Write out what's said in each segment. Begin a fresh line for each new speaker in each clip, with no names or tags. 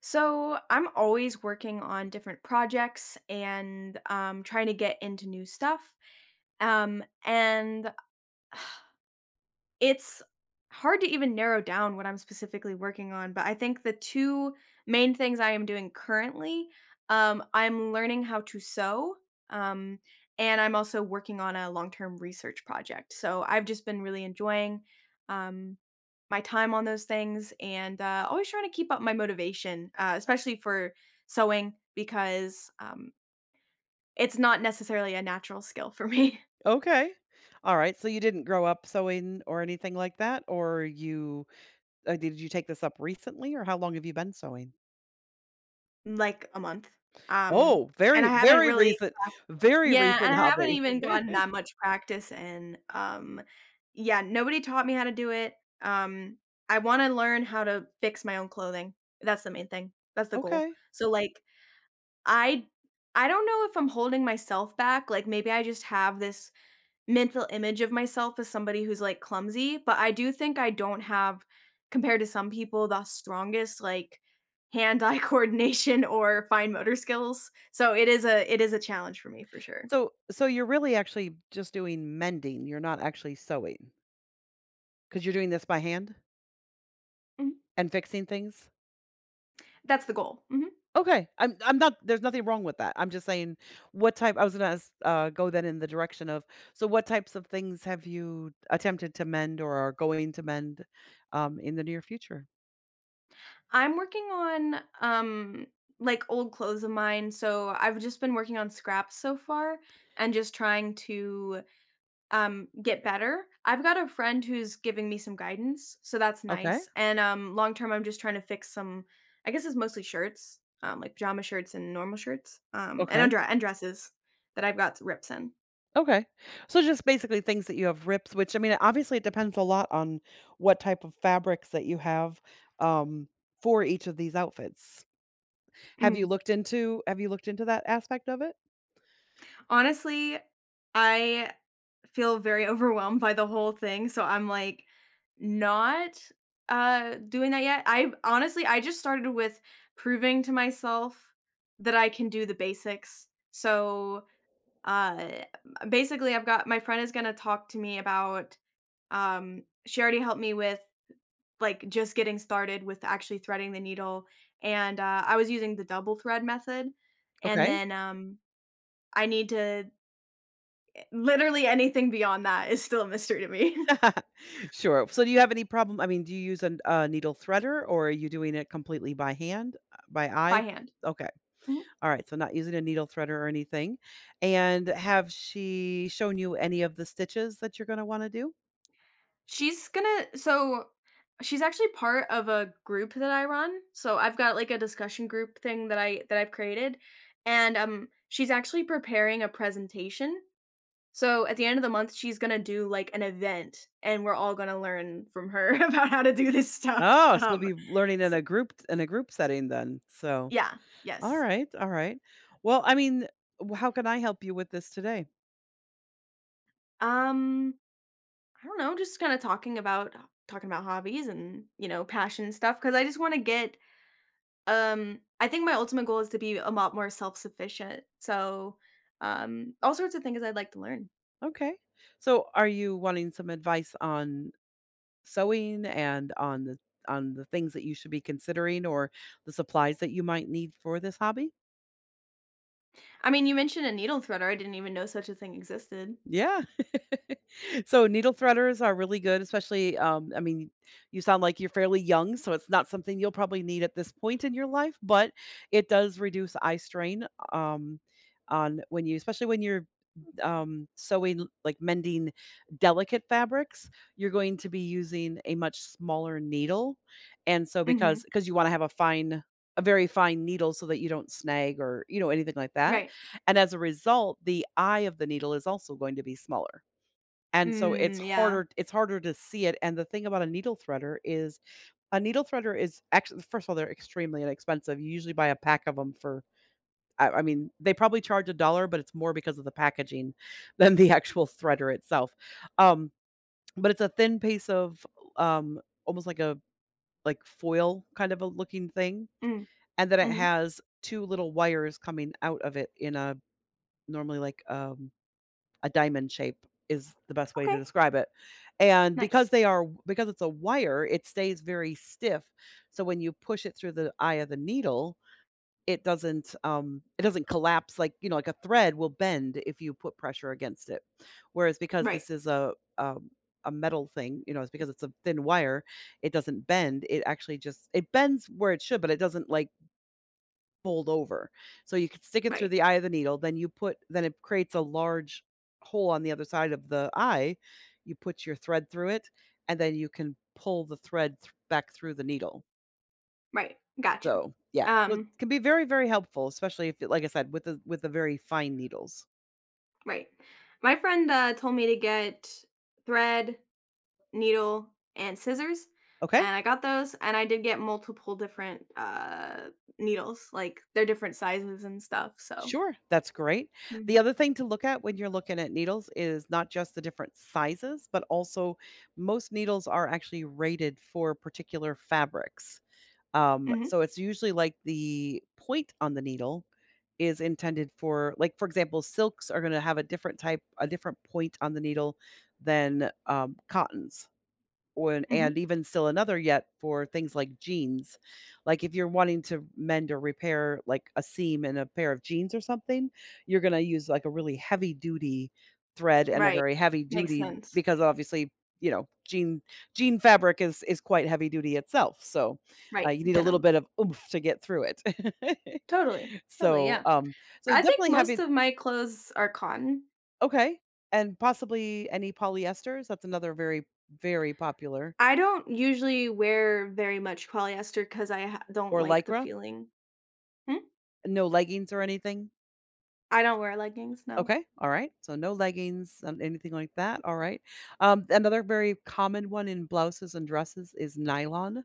So I'm always working on different projects and trying to get into new stuff. And It's hard to even narrow down what I'm specifically working on, but I think the 2 main things I am doing currently, I'm learning how to sew, um, and I'm also working on a long-term research project. So I've just been really enjoying, um, my time on those things and always trying to keep up my motivation, especially for sewing because it's not necessarily a natural skill for me,
Okay. All right. So you didn't grow up sewing or anything like that, or you did you take this up recently, or how long have you been sewing?
like, a month. Um,
Oh,
and I
very,
haven't really
very
Yeah,
recent
and I haven't
hobby.
even gotten that much practice in. Yeah, nobody taught me how to do it. Um, I wanna learn how to fix my own clothing. That's the main thing. That's the goal.
Okay.
So, like, I I don't know if I'm holding myself back, like, maybe I just have this mental image of myself as somebody who's, like, clumsy, but I do think I don't have, compared to some people, the strongest, like, hand-eye coordination or fine motor skills. So it is a challenge for me for sure.
So, you're really actually just doing mending. You're not actually sewing because you're doing this by hand
Mm-hmm.
and fixing things.
That's the goal. Mhm.
Okay, I'm not there's nothing wrong with that. I'm just saying what type I was gonna ask, go then in the direction of so what types of things have you attempted to mend or are going to mend, in the near future?
I'm working on, like, old clothes of mine, so I've just been working on scraps so far and just trying to, get better. I've got a friend who's giving me some guidance, so that's
Okay,
nice, and, long term, I'm just trying to fix some I guess it's mostly shirts, like pajama shirts and normal shirts, um, and
okay,
under and dresses that I've got rips in.
okay. So just basically things that you have rips, which I mean, obviously it depends a lot on what type of fabrics that you have, um, for each of these outfits.
Mhm.
Have you looked into that aspect of it?
Honestly, I feel very overwhelmed by the whole thing, so I'm, like, not, doing that yet. I honestly, I just started with proving to myself that I can do the basics. So, uh, basically, I've got my friend is gonna talk to me about, she already helped me with, like, just getting started with actually threading the needle, and I was using the double thread method, and
Okay.
then, um, I need to Literally anything beyond that is still a mystery to me.
Sure. So do you have any problem I mean, do you use an a needle threader or are you doing it completely by hand, by eye?
By hand.
Okay.
Mhm.
Alright, so not using a needle threader or anything. And have she shown you any of the stitches that you're gonna wanna do?
She's gonna so she's actually part of a group that I run. So I've got like a discussion group thing that I've created and she's actually preparing a presentation. So at the end of the month she's going to do like an event and we're all going to learn from her about how to do this stuff.
Oh, so be learning
So
in a group setting then. So,
yeah, yes.
alright, alright. Well, I mean, w how can I help you with this today?
Um I don't know, just kinda talking about hobbies and, you know, passion stuff because I just wanna get, I think my ultimate goal is to be a lot more self-sufficient, so, all sorts of things I'd like to learn.
Okay. So, are you wanting some advice on sewing and on the things that you should be considering or the supplies that you might need for this hobby?
I mean, you mentioned a needle threader, I didn't even know such a thing existed.
Yeah. So, needle threaders are really good, especially, I mean, you sound like you're fairly young, so it's not something you'll probably need at this point in your life, but it does reduce eye strain, um, on when you especially when you're sewing like mending delicate fabrics, you're going to be using a much smaller needle, and so because
Mhm,
because you wanna have a fine a very fine needle so that you don't snag or, you know, anything like that,
right.
and as a result, the eye of the needle is also going to be smaller, and so it's
Mm, yeah.
harder it's harder to see it, and the thing about a needle threader is a needle threader is actually first of all, they're extremely inexpensive, you usually buy a pack of them for I mean, they probably charge a dollar, but it's more because of the packaging than the actual threader itself. Um, but it's a thin piece of um, almost like a like foil kind of a looking thing,
Mm,
and then it
mhm,
has two little wires coming out of it in a normally like a diamond shape is the best way
okay,
to describe it. And because
nice.
they are because it's a wire, it stays very stiff. So when you push it through the eye of the needle, it doesn't collapse like, you know, like a thread will bend if you put pressure against it. Whereas because
Right,
this is a metal thing, you know, it's because it's a thin wire, it doesn't bend. It actually just it bends where it should, but it doesn't like fold over. So you could stick it through
right,
the eye of the needle, then you put then it creates a large hole on the other side of the eye. You put your thread through it, and then you can pull the back through the needle.
right, gotcha.
So, yeah, so it
Um,
can be very, very helpful, especially if like I said, with the very fine needles.
right. My friend, told me to get thread needle, and scissors,
Okay?
and I got those, and I did get multiple different, needles, like, they're different sizes and stuff, so
Sure, that's great. The
Mhm.
other thing to look at when you're looking at needles is not just the different sizes, but also most needles are actually rated for particular fabrics.
Mhm,
So it's usually like the point on the needle is intended for like for example, silks are gonna have a different type a different point on the needle than, cottons. When
mhm,
and even still another yet for things like jeans. Like, if you're wanting to mend or repair, like, a seam in a pair of jeans or something, you're gonna use, like, a really heavy duty thread and a
right.
very heavy
Makes
duty
sense.
because obviously, you know, jean fabric is quite heavy duty itself, so,
Right,
you need a little
denim.
bit of oomph to get through it.
Totally, totally,
So,
yeah.
so
I think
definitely
most
having
of my clothes are cotton.
Okay, and possibly any polyesters, that's another very, very popular
I don't usually wear very much polyester because I ha don't
or
like the
Lycra?
feeling. Hmm?
No leggings or anything?
I don't wear leggings, no.
Okay, all right. So no leggings, anything like that, all right. Another very common one in blouses and dresses is nylon,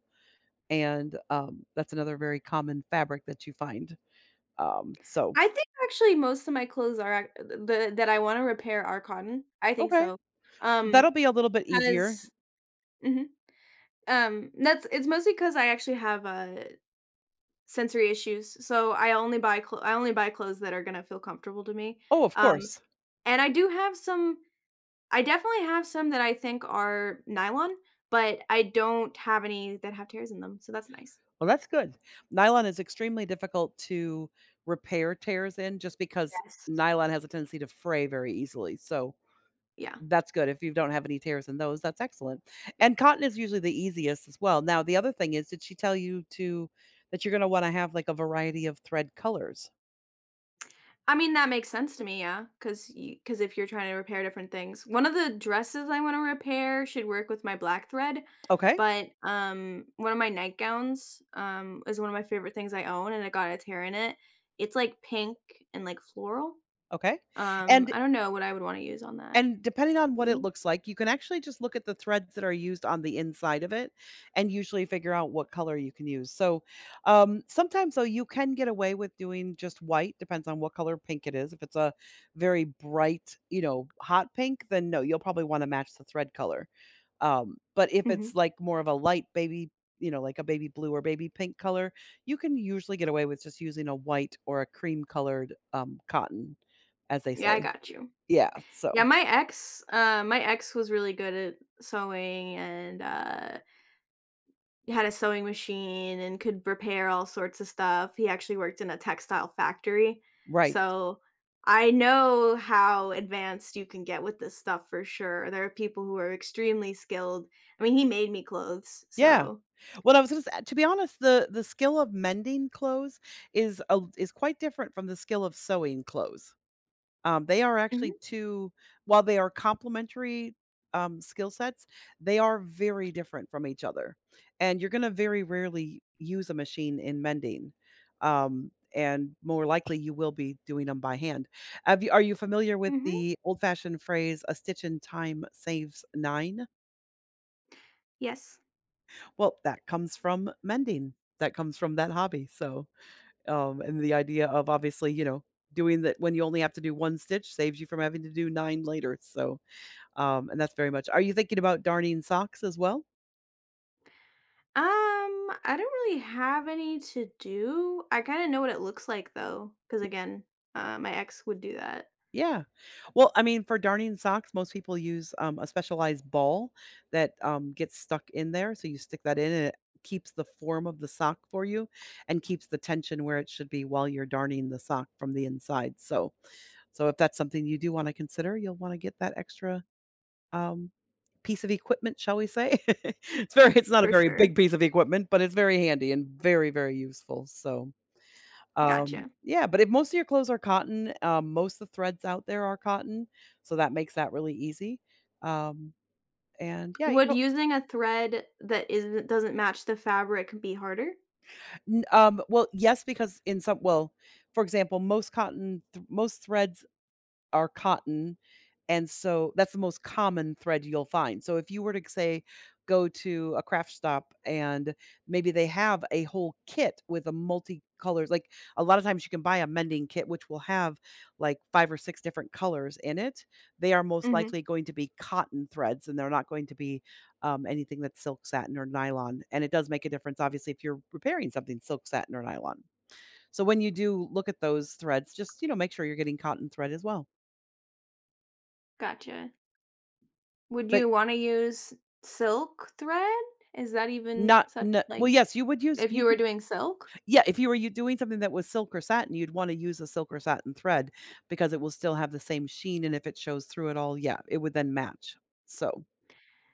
and, that's another very common fabric that you find. So
I think actually most of my clothes are ac the that I wanna repair are cotton. I think
okay,
so. Um
that'll be a little bit easier.
'Cause Mhm. That's it's mostly because I actually have, sensory issues, so I only buy clothes that are gonna feel comfortable to me,
Oh, of
um,
course.
and I definitely have some that I think are nylon, but I don't have any that have tears in them, so that's nice.
Well, that's good. Nylon is extremely difficult to repair tears in just because
Yes.
nylon has a tendency to fray very easily, so
Yeah.
that's good. If you don't have any tears in those, that's excellent.
Yeah.
And cotton is usually the easiest as well. Now, the other thing is, did she tell you to that you're gonna wanna have, like, a variety of thread colors?
I mean, that makes sense to me, yeah, cause if you're trying to repair different things. One of the dresses I wanna repair should work with my black thread,
Okay,
but, one of my nightgowns, is one of my favorite things I own, and it got a tear in it. It's, like, pink and, like, floral.
okay. And
I don't know what I would wanna use on that.
and depending on what it
Blue?
looks like, you can actually just look at the threads that are used on the inside of it and usually figure out what color you can use. So, sometimes, though, you can get away with doing just white, depends on what color pink it is. If it's a very bright, you know, hot pink, then no, you'll probably wanna match the thread color. But if
Mhm.
it's like more of a light baby, you know, like a baby blue or baby pink color, you can usually get away with just using a white or a cream colored, cotton, as they
Yeah, I
say.
got you.
Yeah,
Yeah,
so
my ex was really good at sewing and had a sewing machine and could repair all sorts of stuff. He actually worked in a textile factory.
right.
So I know how advanced you can get with this stuff for sure. There are people who are extremely skilled. I mean, he made me clothes,
Yeah.
so
Well, I was gonna say, to be honest, the skill of mending clothes is quite different from the skill of sewing clothes. They are
Mhm,
actually 2 while they are complementary, skill sets, they are very different from each other, and you're gonna very rarely use a machine in mending, and more likely you will be doing them by hand. Have you are you familiar with
mhm,
the old-fashioned phrase, "A stitch in time saves 9?"
yes.
Well, that comes from mending. That comes from that hobby, so, and the idea of obviously, you know, doing that when you only have to do 1 stitch saves you from having to do 9 later, so and that's very much Are you thinking about darning socks as well?
Um, I don't really have any to do. I kind of know what it looks like though, because again, my ex would do that
Yeah. Well, I mean, for darning socks, most people use, a specialized ball that, gets stuck in there, so you stick that in and it keeps the form of the sock for you and keeps the tension where it should be while you're darning the sock from the inside, so so if that's something you do wanna consider, you'll wanna get that extra, um, piece of equipment, shall we say? It's very it's not a
for
very
sure.
big piece of equipment, but it's very handy and very, very useful, so um,
Gotcha.
yeah, but if most of your clothes are cotton, most of the threads out there are cotton, so that makes that really easy. Um, and yeah,
Would
you
using a thread that isn't doesn't match the fabric be harder?
know, n well, yes, because in some well, for example, most threads are cotton, and so that's the most common thread you'll find. So if you were to say go to a craft stop and maybe they have a whole kit with a multicolored like a lot of times you can buy a mending kit which will have like 5 or 6 different colors in it. They are most
Mhm.
likely going to be cotton threads and they're not going to be anything that's silk satin or nylon and it does make a difference obviously if you're repairing something silk satin or nylon. So when you do look at those threads just you know make sure you're getting cotton thread as well.
Gotcha. Would
But
you wanna use silk thread? Is that even
not
such
no well,
like,
yes, you would use
if
you
you were
could
doing silk?
yeah, if you were you doing something that was silk or satin, you'd wanna use a silk or satin thread because it will still have the same sheen, and if it shows through at all, yeah, it would then match. So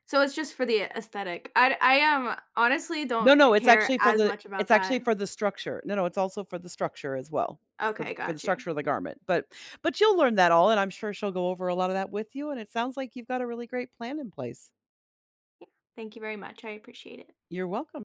So it's just for the aesthetic. I am honestly
no,
don't
no,
eh,
it's
care
actually for
as
the
much about
it's actually
that.
for the structure. No, no, it's also for the structure as well,
Okay,
for the
got you.
structure of the garment, but you'll learn that all, and I'm sure she'll go over a lot of that with you, and it sounds like you've got a really great plan in place.
Thank you very much. I appreciate it.
You're welcome.